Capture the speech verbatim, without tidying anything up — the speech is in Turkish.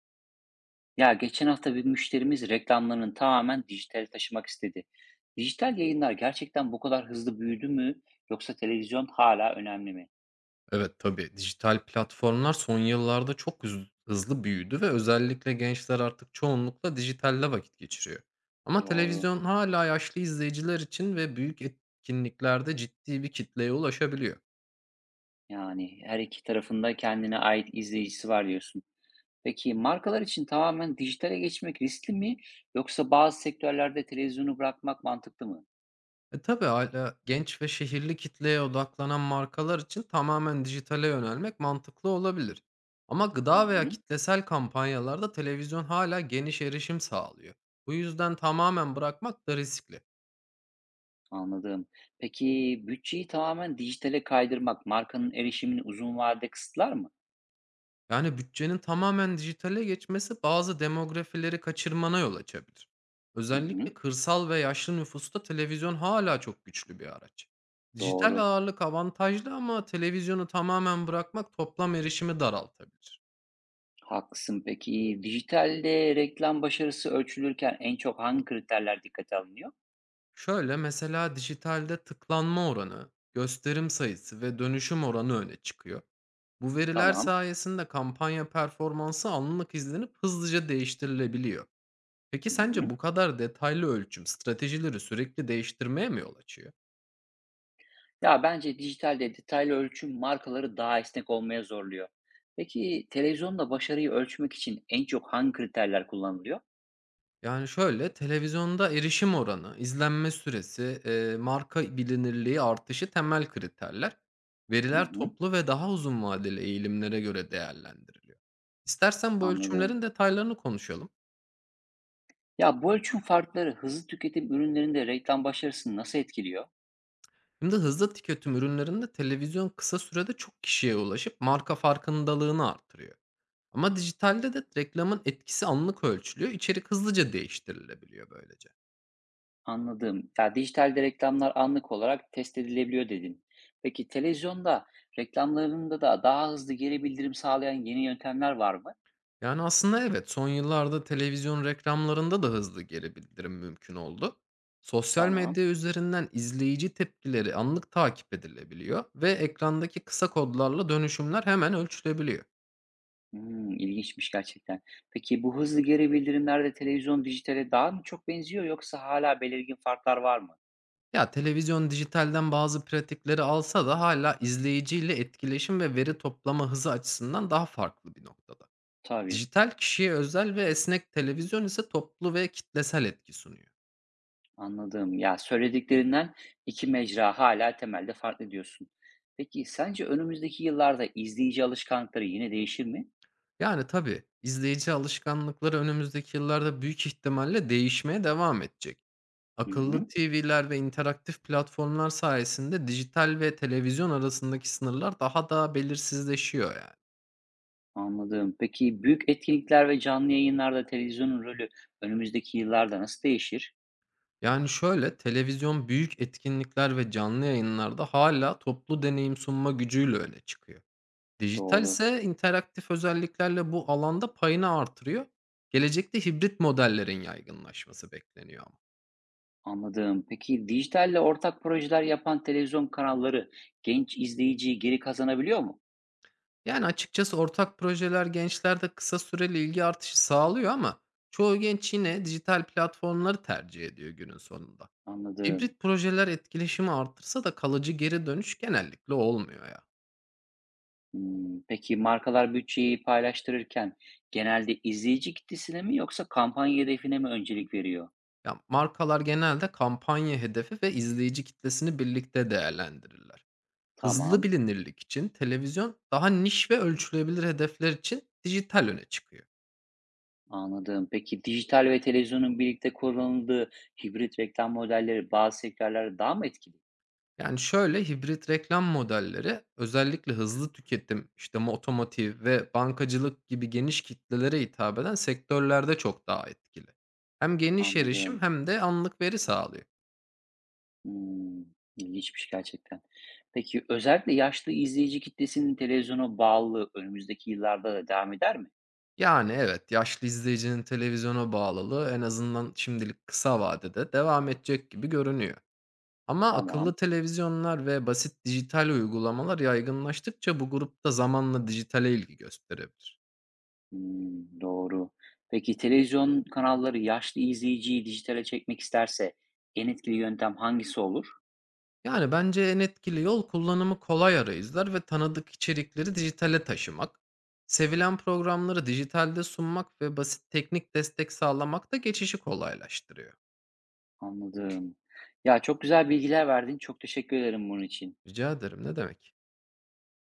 Ya geçen hafta bir müşterimiz reklamlarını tamamen dijitale taşımak istedi. Dijital yayınlar gerçekten bu kadar hızlı büyüdü mü yoksa televizyon hala önemli mi? Evet, tabii. Dijital platformlar son yıllarda çok hız hızlı büyüdü ve özellikle gençler artık çoğunlukla dijitalde vakit geçiriyor. Ama Doğru. televizyon hala yaşlı izleyiciler için ve büyük etkinliklerde ciddi bir kitleye ulaşabiliyor. Yani her iki tarafında kendine ait izleyicisi var diyorsun. Peki markalar için tamamen dijitale geçmek riskli mi yoksa bazı sektörlerde televizyonu bırakmak mantıklı mı? E, tabii hâlâ genç ve şehirli kitleye odaklanan markalar için tamamen dijitale yönelmek mantıklı olabilir. Ama Hı gıda veya hı, kitlesel kampanyalarda televizyon hala geniş erişim sağlıyor. Bu yüzden tamamen bırakmak da riskli. anladım. Peki bütçeyi tamamen dijitale kaydırmak markanın erişimini uzun vadede kısıtlar mı? Yani, bütçenin tamamen dijitale geçmesi bazı demografileri kaçırmana yol açabilir. Hı Özellikle hı, kırsal ve yaşlı nüfusta televizyon hala çok güçlü bir araç. Dijital doğru. ağırlık avantajlı ama televizyonu tamamen bırakmak toplam erişimi daraltabilir. Haklısın. Peki dijitalde reklam başarısı ölçülürken en çok hangi kriterler dikkate alınıyor? Şöyle, mesela dijitalde tıklanma oranı, gösterim sayısı ve dönüşüm oranı öne çıkıyor. Bu veriler Tamam. sayesinde kampanya performansı anlık izlenip hızlıca değiştirilebiliyor. Peki Hı sence hı. bu kadar detaylı ölçüm stratejileri sürekli değiştirmeye mi yol açıyor? Ya bence dijitalde detaylı ölçüm markaları daha esnek olmaya zorluyor. Peki televizyonda başarıyı ölçmek için en çok hangi kriterler kullanılıyor? Yani şöyle, televizyonda erişim oranı, izlenme süresi, eee, marka bilinirliği artışı temel kriterler. Hı Veriler hı. toplu ve daha uzun vadeli eğilimlere göre değerlendiriliyor. İstersen bu Anladım. ölçümlerin detaylarını konuşalım. Ya bu ölçüm farkları hızlı tüketim ürünlerinde reklam başarısını nasıl etkiliyor? Şimdi hızlı tüketim ürünlerinde televizyon kısa sürede çok kişiye ulaşıp marka farkındalığını artırıyor. Ama dijitalde de reklamın etkisi anlık ölçülüyor, içerik hızlıca değiştirilebiliyor böylece. Anladım. Ya dijitalde reklamlar anlık olarak test edilebiliyor dedin. Peki televizyonda reklamlarında da daha hızlı geri bildirim sağlayan yeni yöntemler var mı? Yani, aslında evet, son yıllarda televizyon reklamlarında da hızlı geri bildirim mümkün oldu. Sosyal Tamam. medya üzerinden izleyici tepkileri anlık takip edilebiliyor ve ekrandaki kısa kodlarla dönüşümler hemen ölçülebiliyor. Hmm, ilginçmiş gerçekten. Peki bu hızlı geri bildirimlerde televizyon dijitale daha mı çok benziyor yoksa hala belirgin farklar var mı? Ya, televizyon dijitalden bazı pratikleri alsa da hala izleyiciyle etkileşim ve veri toplama hızı açısından daha farklı bir noktada. Tabii, Dijital kişiye özel ve esnek, televizyon ise toplu ve kitlesel etki sunuyor. anladım. Ya söylediklerinden iki mecra hala temelde farklı diyorsun. Peki sence önümüzdeki yıllarda izleyici alışkanlıkları yine değişir mi? Yani, tabii, izleyici alışkanlıkları önümüzdeki yıllarda büyük ihtimalle değişmeye devam edecek. Hı Akıllı hı. T V'ler ve interaktif platformlar sayesinde dijital ve televizyon arasındaki sınırlar daha da belirsizleşiyor yani. Anladım. Peki büyük etkinlikler ve canlı yayınlarda televizyonun rolü önümüzdeki yıllarda nasıl değişir? Yani, şöyle, televizyon büyük etkinlikler ve canlı yayınlarda hala toplu deneyim sunma gücüyle öne çıkıyor. Dijital Doğru. ise interaktif özelliklerle bu alanda payını artırıyor. Gelecekte hibrit modellerin yaygınlaşması bekleniyor ama. Anladım. Peki dijitalle ortak projeler yapan televizyon kanalları genç izleyiciyi geri kazanabiliyor mu? Yani, açıkçası ortak projeler gençlerde kısa süreli ilgi artışı sağlıyor ama çoğu genç yine dijital platformları tercih ediyor günün sonunda. Anladım. Hibrit projeler etkileşimi artırsa da kalıcı geri dönüş genellikle olmuyor ya. Hmm, peki markalar bütçeyi paylaştırırken genelde izleyici kitlesine mi yoksa kampanya hedefine mi öncelik veriyor? Ya, markalar genelde kampanya hedefi ve izleyici kitlesini birlikte değerlendirirler. Hızlı Tamam. bilinirlik için televizyon, daha niş ve ölçülebilir hedefler için dijital öne çıkıyor. Anladım. Peki dijital ve televizyonun birlikte kullanıldığı hibrit reklam modelleri bazı sektörlerde daha mı etkili? Yani, şöyle, hibrit reklam modelleri özellikle hızlı tüketim, işte, mo otomotiv ve bankacılık gibi geniş kitlelere hitap eden sektörlerde çok daha etkili. Hem geniş erişim Anladım. hem de anlık veri sağlıyor. Hımm, ilginçmiş gerçekten. Peki, özellikle yaşlı izleyici kitlesinin televizyona bağlılığı önümüzdeki yıllarda da devam eder mi? Yani, evet, yaşlı izleyicinin televizyona bağlılığı en azından şimdilik kısa vadede devam edecek gibi görünüyor. Ama akıllı Tamam. televizyonlar ve basit dijital uygulamalar yaygınlaştıkça bu grupta zamanla dijitale ilgi gösterebilir. Hımm, doğru. Peki, televizyon kanalları yaşlı izleyiciyi dijitale çekmek isterse en etkili yöntem hangisi olur? Yani bence en etkili yol kullanımı kolay arayüzler ve tanıdık içerikleri dijitale taşımak. Sevilen programları dijitalde sunmak ve basit teknik destek sağlamak da geçişi kolaylaştırıyor. Anladım. Ya, çok güzel bilgiler verdin. Çok teşekkür ederim bunun için. Rica ederim ne demek?